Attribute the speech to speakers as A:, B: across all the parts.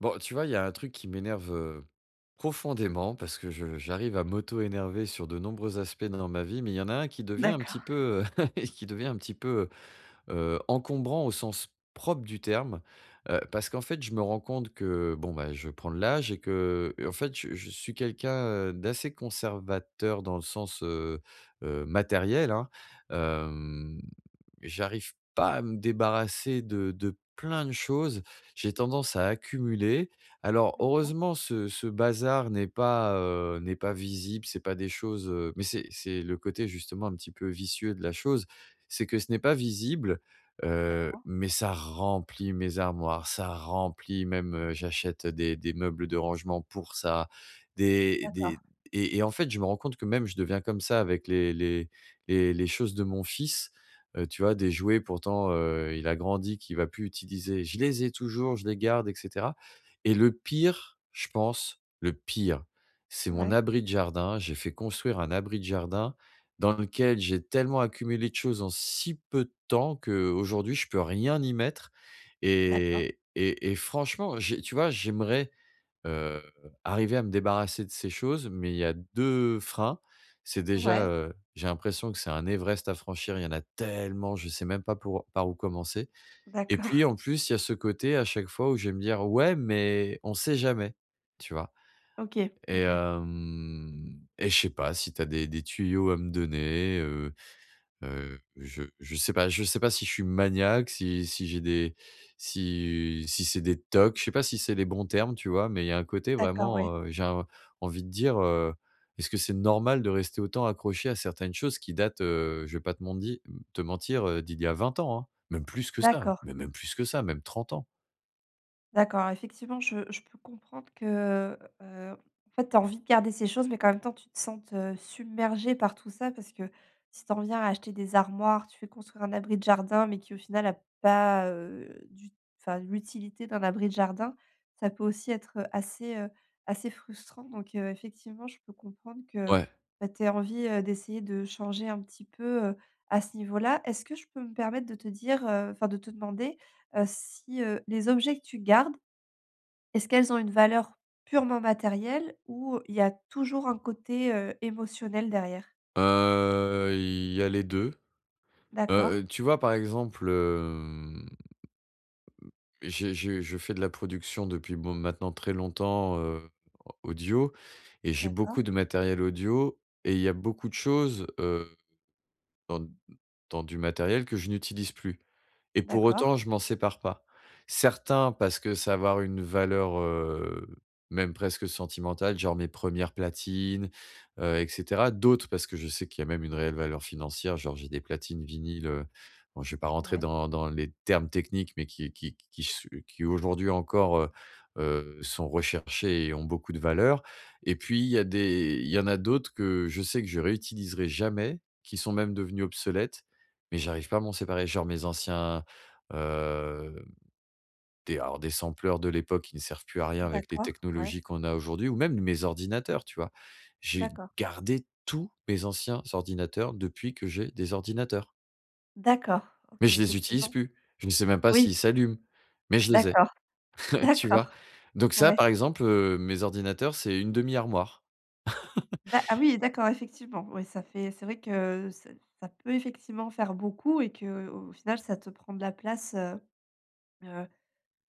A: Bon, tu vois, il y a un truc qui m'énerve, profondément parce que je j'arrive à m'auto-énerver sur de nombreux aspects dans ma vie, mais il y en a un qui devient un petit
B: D'accord,
A: peu qui devient un petit peu, encombrant au sens propre du terme, parce qu'en fait, je me rends compte que, bon, bah, je prends de l'âge et que, en fait, je suis quelqu'un, d'assez conservateur dans le sens, matériel, hein. Hem, j'arrive pas à me débarrasser de plein de choses. J'ai tendance à accumuler. Alors heureusement, ce bazar n'est pas visible, c'est pas des choses, mais c'est le côté justement un petit peu vicieux de la chose, c'est que ce n'est pas visible,
B: d'accord,
A: mais ça remplit mes armoires, ça remplit même, j'achète des meubles de rangement pour ça, des
B: d'accord.
A: et en fait, je me rends compte que même je deviens comme ça avec les choses de mon fils, tu vois? Des jouets pourtant, il a grandi, qu'il va plus utiliser. Je les ai toujours, je les garde et cetera. Et le pire, je pense, le pire, c'est mon
B: Ouais,
A: abri de jardin. J'ai fait construire un abri de jardin dans lequel j'ai tellement accumulé de choses en si peu de temps qu'aujourd'hui je peux rien y mettre
B: d'accord,
A: et franchement, j'ai tu vois, j'aimerais, heu, arriver à me débarrasser de ces choses, mais il y a 2 freins. C'est déjà,
B: ouais,
A: j'ai l'impression que c'est un Everest à franchir, il y en a tellement, je sais même pas pour par où commencer et
B: d'accord.
A: puis en plus, il y a ce côté à chaque fois où je vais me dire: «Ouais, mais on sait jamais», tu vois?
B: OK,
A: Et
B: OK.
A: hem et je sais pas si tu as des tuyaux à me donner. Je sais pas je sais pas si je suis maniaque, si si j'ai des si si c'est des tocs, je sais pas si c'est les bons termes, tu vois? Mais il y a un côté
B: D'accord,
A: vraiment,
B: ouais.
A: j'ai un envie de dire, «Est-ce que c'est normal de rester autant accroché à certaines choses qui datent», je vais pas te mondi te mentir, d'il y a 20 ans, hein? Même plus que ça,
B: D'accord.
A: mais même plus que ça, même trente ans.
B: D'accord, effectivement, je peux comprendre que, en fait, tu as envie de garder ces choses, mais qu'en même temps, tu te sentes, submergée par tout ça. Parce que si tu en viens à acheter des armoires, tu fais construire un abri de jardin, mais qui, au final, a pas, l'utilité d'un abri de jardin, ça peut aussi être, assez, assez frustrant. Donc, effectivement, je peux comprendre que,
A: Ouais,
B: bah, tu aies envie, d'essayer de changer un petit peu, à ce niveau-là. Est-ce que je peux me permettre de te dire, de te demander, si, les objets que tu gardes est-ce qu'elles ont une valeur purement matérielle ou il y a toujours un côté, émotionnel derrière?
A: il y a les 2.
B: D'accord,
A: Tu vois, par exemple, j'ai je fais de la production depuis, bon, maintenant très longtemps, audio, et j'ai
B: d'accord,
A: beaucoup de matériel audio et il y a beaucoup de choses, dans dans du matériel que je n'utilise plus. Et pour
B: d'accord,
A: autant, je m'en sépare pas. Certains parce que ça va avoir une valeur, même presque sentimentale, genre mes premières platines, et cetera. D'autres parce que je sais qu'il y a même une réelle valeur financière, genre j'ai des platines vinyles, bon je vais pas rentrer
B: ouais,
A: dans les termes techniques, mais qui aujourd'hui encore, sont recherchées et ont beaucoup de valeur. Et puis il y a des il y en a d'autres que je sais que je réutiliserai jamais, qui sont même devenus obsolètes, mais j'arrive pas à m'en séparer. Genre mes anciens. Heu, des alors des sampleurs de l'époque qui ne servent plus à rien avec les
B: d'accord, ouais,
A: technologies qu'on a aujourd'hui ou même mes ordinateurs, tu vois? J'ai
B: d'accord,
A: gardé tous mes anciens ordinateurs depuis que j'ai des ordinateurs.
B: d'accord,
A: Mais
B: OK,
A: je les utilise
B: effectivement.
A: plus. Je ne sais même pas
B: Oui,
A: s'ils s'allument, mais je les ai,
B: d'accord,
A: tu vois?
B: d'accord,
A: Donc ça,
B: ouais,
A: par exemple, mes ordinateurs, c'est une demi-armoire.
B: d'a ah oui, d'accord, effectivement. Oui, ça fait c'est vrai que ça peut effectivement faire beaucoup et que au final, ça te prend de la place, heu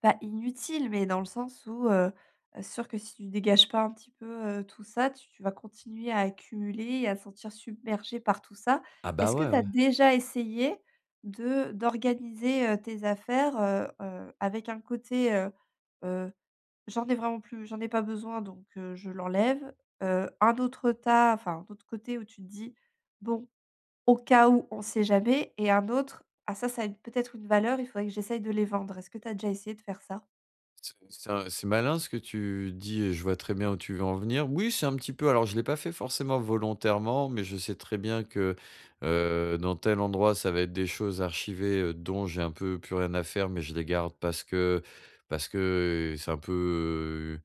B: pas inutile, mais dans le sens où, sûr que si tu dégages pas un petit peu, tout ça, tu vas continuer à accumuler et à te sentir submergé par tout ça.
A: Ah bah,
B: Est-ce que
A: ouais,
B: tu as
A: ouais.
B: déjà essayé de d'organiser, tes affaires, avec un côté, heu: «J'en ai vraiment plus j'en ai pas besoin donc, je l'enlève», un autre côté où tu te dis: «Bon, au cas où, on sait jamais», et un autre: «Ah ça, ça a une peut-être une valeur, il faudrait que j'essaye de les vendre». Est-ce que tu as déjà essayé de faire ça?
A: C'est un c'est malin ce que tu dis et je vois très bien où tu veux en venir. Oui, c'est un petit peu alors je ne l'ai pas fait forcément volontairement, mais je sais très bien que, dans tel endroit, ça va être des choses archivées, dont j'ai un peu plus rien à faire, mais je les garde parce que c'est un peu, heu,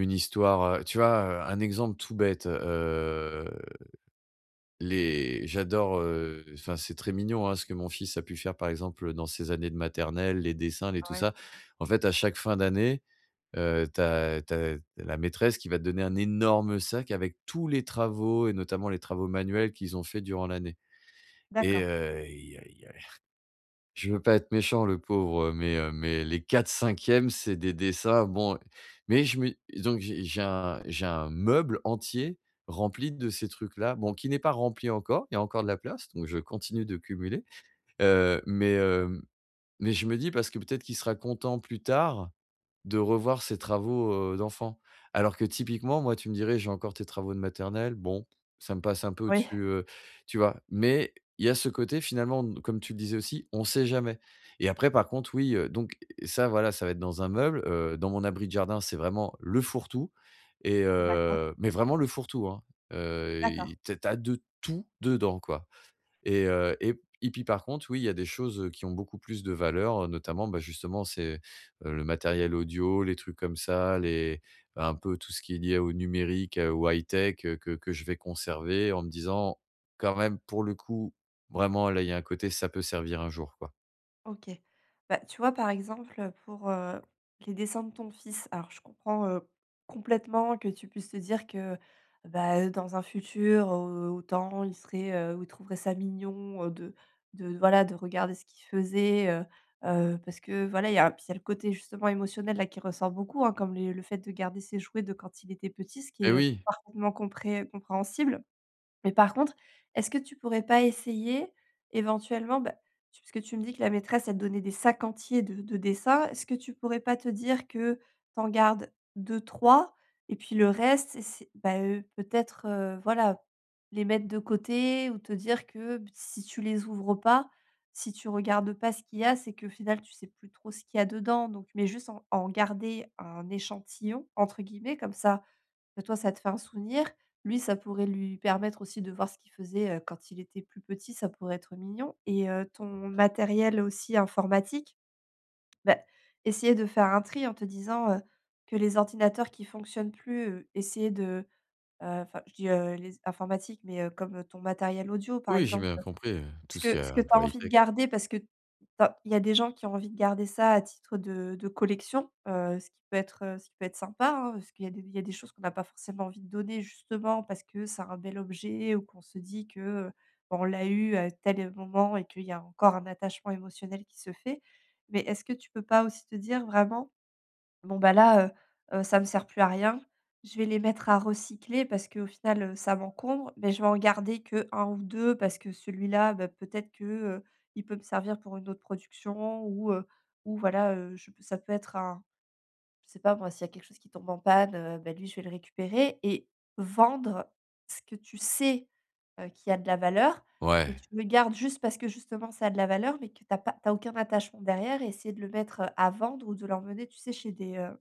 A: une histoire, tu vois? Un exemple tout bête, les j'adore, enfin, c'est très mignon, hein, ce que mon fils a pu faire, par exemple, dans ses années de maternelle, les dessins, les
B: Ah,
A: tout
B: ouais.
A: ça. En fait, à chaque fin d'année, heu, tu as la maîtresse qui va te donner un énorme sac avec tous les travaux et notamment les travaux manuels qu'ils ont fait durant l'année et
B: D'accord.
A: il y a je veux pas être méchant le pauvre, mais les quatre cinquièmes c'est des dessins, bon mais je me donc j'ai un meuble entier rempli de ces trucs-là, bon qui n'est pas rempli encore, il y a encore de la place, donc je continue de cumuler, heu, mais hem, mais je me dis parce que peut-être qu'il sera content plus tard de revoir ses travaux, d'enfant. Alors que typiquement, moi, tu me dirais: «J'ai encore tes travaux de maternelle». Bon, ça me passe un peu
B: Oui.
A: au-dessus, tu vois? Mais il y a ce côté finalement, d comme tu le disais aussi, on sait jamais. Et après par contre, oui, donc ça voilà, ça va être dans un meuble, dans mon abri de jardin, c'est vraiment le fourre-tout et
B: D'accord,
A: mais vraiment le fourre-tout, hein.
B: d'accord.
A: Il tu as de tout dedans, quoi. Et heu et et puis par contre, oui, il y a des choses, qui ont beaucoup plus de valeur, notamment, bah, justement, c'est, le matériel audio, les trucs comme ça, les bah, un peu tout ce qui est lié au numérique, au high-tech, que je vais conserver en me disant: «Quand même, pour le coup, vraiment, là, il y a un côté, ça peut servir un jour, quoi».
B: OK. Bah, tu vois, par exemple, pour, les dessins de ton fils, alors je comprends, complètement que tu puisses te dire que, bah, dans un futur, autant il serait, ou il trouverait ça mignon, de regarder ce qu'il faisait, parce que voilà, il y a puis il y a le côté justement émotionnel là qui ressort beaucoup, hein, comme les le fait de garder ses jouets de quand il était petit, ce qui
A: Mais
B: est,
A: oui,
B: parfaitement compréhensible. Mais par contre, est-ce que tu pourrais pas essayer éventuellement, bah, tu parce que tu me dis que la maîtresse, elle te donnait des sacs entiers de dessins. Est-ce que tu pourrais pas te dire que t'en gardes deux trois, et puis le reste, c'est bah, peut-être, voilà, les mettre de côté ou te dire que si tu les ouvres pas, si tu regardes pas ce qu'il y a, c'est qu'au final, tu sais plus trop ce qu'il y a dedans donc mais juste en garder un «échantillon» entre guillemets comme ça que toi, ça te fait un souvenir. Lui, ça pourrait lui permettre aussi de voir ce qu'il faisait, quand il était plus petit, ça pourrait être mignon. Et ton matériel aussi informatique, bah, essayer de faire un tri en te disant, que les ordinateurs qui fonctionnent plus, essayer de, je dis, les informatiques, mais comme ton matériel audio, par
A: oui, j'ai
B: exemple.
A: bien compris,
B: Ce
A: tout ce qui
B: que
A: est
B: ce que
A: un
B: tu as
A: peu
B: envie de
A: high-tech.
B: garder parce que tu il y a des gens qui ont envie de garder ça à titre de collection, ce qui peut être, ce qui peut être sympa, hein, parce qu'il y a des il y a des choses qu'on n'a pas forcément envie de donner justement parce que c'est un bel objet ou qu'on se dit que, on l'a eu à tel moment et qu'il y a encore un attachement émotionnel qui se fait. Mais est-ce que tu peux pas aussi te dire vraiment: «Bon bah là, ça me sert plus à rien. Je vais les mettre à recycler parce qu'au final, ça m'encombre, mais je vais en garder que un ou 2 parce que celui-là, bah, peut-être que, il peut me servir pour une autre production ou voilà, je ça peut être un je sais pas moi, s'il y a quelque chose qui tombe en panne, bah, lui je vais le récupérer et vendre ce que tu sais, qui a de la valeur, mais
A: Ouais.
B: tu le gardes juste parce que justement ça a de la valeur, mais que t'as pas t'as aucun attachement derrière», et essayer de le mettre, à vendre ou de l'emmener, tu sais, chez des,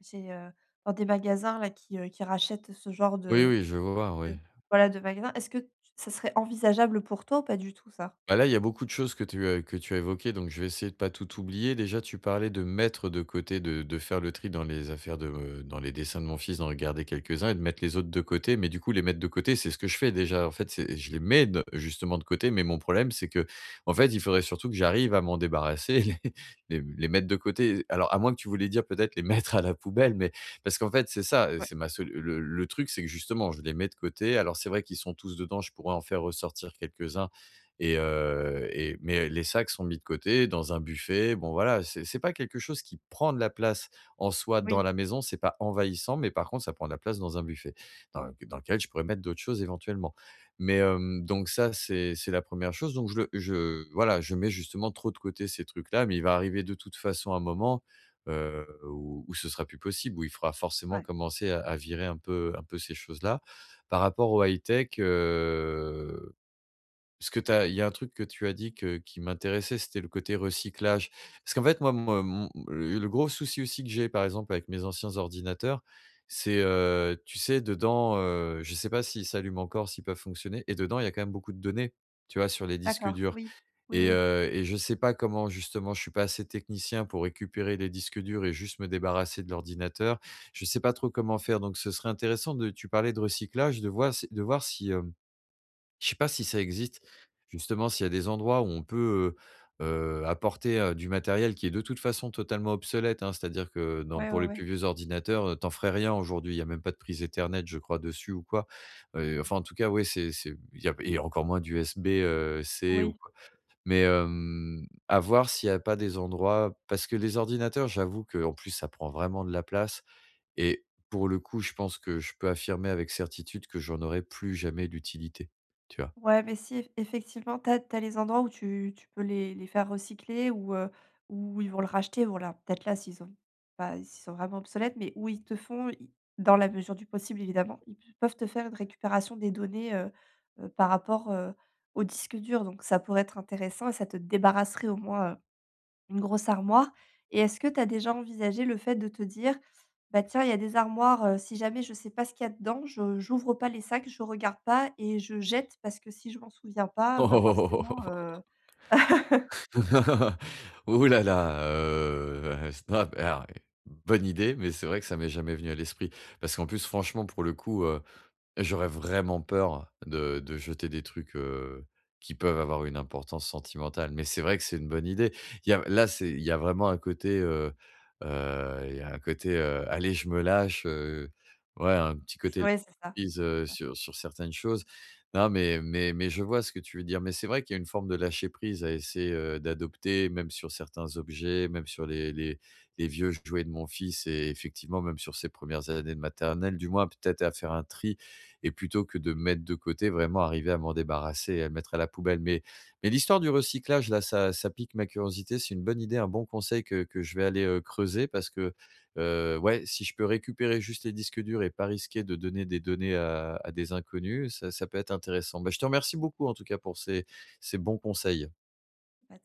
B: j'ai, heu, dans des magasins là qui rachètent ce genre
A: Oui,
B: de
A: oui, je vois,
B: de
A: oui.
B: magasins. Est-ce que tu Ça serait envisageable pour toi ou pas du tout ça?
A: Bah, là, il y a beaucoup de choses que tu as évoquées, donc je vais essayer de pas tout oublier. Déjà, tu parlais de mettre de côté, de faire le tri dans les affaires de, dans les dessins de mon fils, d'en regarder quelques-uns et de mettre les autres de côté. Mais du coup, les mettre de côté, c'est ce que je fais déjà. En fait, c'est je les mets de justement de côté, mais mon problème, c'est que en fait, il faudrait surtout que j'arrive à m'en débarrasser, les mettre de côté. Alors, à moins que tu voulais dire peut-être les mettre à la poubelle, mais parce qu'en fait, c'est ça,
B: Ouais.
A: c'est ma sol le truc, c'est que justement, je les mets de côté. Alors, c'est vrai qu'ils sont tous dedans, je pourrais en faire ressortir quelques-uns mais les sacs sont mis de côté dans un buffet. Bon voilà, c'est pas quelque chose qui prend de la place en soi dans
B: Oui.
A: la maison, c'est pas envahissant, mais par contre, ça prend de la place dans un buffet dans lequel je pourrais mettre d'autres choses éventuellement. Mais hem, donc ça, c'est la première chose. Donc je voilà, je mets justement trop de côté ces trucs-là, mais il va arriver de toute façon un moment, où où ce sera plus possible, où il faudra forcément
B: Ouais.
A: commencer à virer un peu ces choses-là. Par rapport au high-tech, parce que tu as il y a un truc que tu as dit que qui m'intéressait, c'était le côté recyclage. Parce qu'en fait, moi, mon mon le gros souci aussi que j'ai, par exemple, avec mes anciens ordinateurs, c'est, tu sais, dedans, je sais pas s'ils s'allument encore, s'ils peuvent fonctionner et dedans, il y a quand même beaucoup de données, tu vois, sur les disques
B: D'accord.
A: durs
B: Oui. Oui,
A: et
B: oui.
A: heu et je sais pas comment justement, je suis pas assez technicien pour récupérer les disques durs et juste me débarrasser de l'ordinateur. Je sais pas trop comment faire, donc ce serait intéressant de tu parlais de recyclage, de voir si je sais pas si ça existe, justement, s'il y a des endroits où on peut, apporter, du matériel qui est de toute façon totalement obsolète, hein. C'est-à-dire que dans
B: Ouais,
A: pour
B: ouais,
A: les plus
B: ouais.
A: vieux ordinateurs, tu ferais rien aujourd'hui. Il n'y a même pas de prise Ethernet, je crois, dessus ou quoi. Enfin, en tout cas, oui c'est il y a et encore moins d'USB, C ou
B: Oui.
A: quoi. Mais, hem, à voir s'il n'y a pas des endroits parce que les ordinateurs, j'avoue qu'en plus, ça prend vraiment de la place et pour le coup, je pense que je peux affirmer avec certitude que j'en aurai plus jamais d'utilité, tu vois?
B: Ouais, mais si effectivement, t'as les endroits où tu peux les faire recycler ou, où ils vont le racheter. Bon là, peut-être là, s'ils ont pas s'ils sont vraiment obsolètes, mais où ils te font i dans la mesure du possible évidemment, ils p peuvent te faire une récupération des données, par rapport, au disque dur. Donc ça pourrait être intéressant et ça te débarrasserait au moins, une grosse armoire. Et est-ce que tu as déjà envisagé le fait de te dire: «Bah, tiens, il y a des armoires, si jamais je sais pas ce qu'il y a dedans, je j'ouvre pas les sacs, je regarde pas et je jette parce que si je m'en souviens pas, bah,
A: Oh,
B: forcément,
A: Ouh là là, ah, alors, bonne idée, mais c'est vrai que ça m'est jamais venu à l'esprit. Parce qu'en plus, franchement, pour le coup, j'aurais vraiment peur de jeter des trucs, qui peuvent avoir une importance sentimentale, mais c'est vrai que c'est une bonne idée. Il y a là, c'est il y a vraiment un côté, il y a un côté, allez, je me lâche, ouais, un petit
B: c'est
A: côté
B: ouais, c'est ça.
A: lâche-prise,
B: Ça,
A: sur certaines choses. Non, mais je vois ce que tu veux dire, mais c'est vrai qu'il y a une forme de lâcher-prise à essayer, d'adopter, même sur certains objets, même sur les vieux jouets de mon fils et effectivement, même sur ses premières années de maternelle, du moins peut-être à faire un tri et plutôt que de mettre de côté, vraiment arriver à m'en débarrasser et à le mettre à la poubelle. Mais l'histoire du recyclage, là, ça pique ma curiosité. C'est une bonne idée, un bon conseil que je vais aller, creuser parce que, ouais, si je peux récupérer juste les disques durs et pas risquer de donner des données à des inconnus, ça peut être intéressant. Bah, je te remercie beaucoup en tout cas pour ces ces bons conseils.
B: ouais.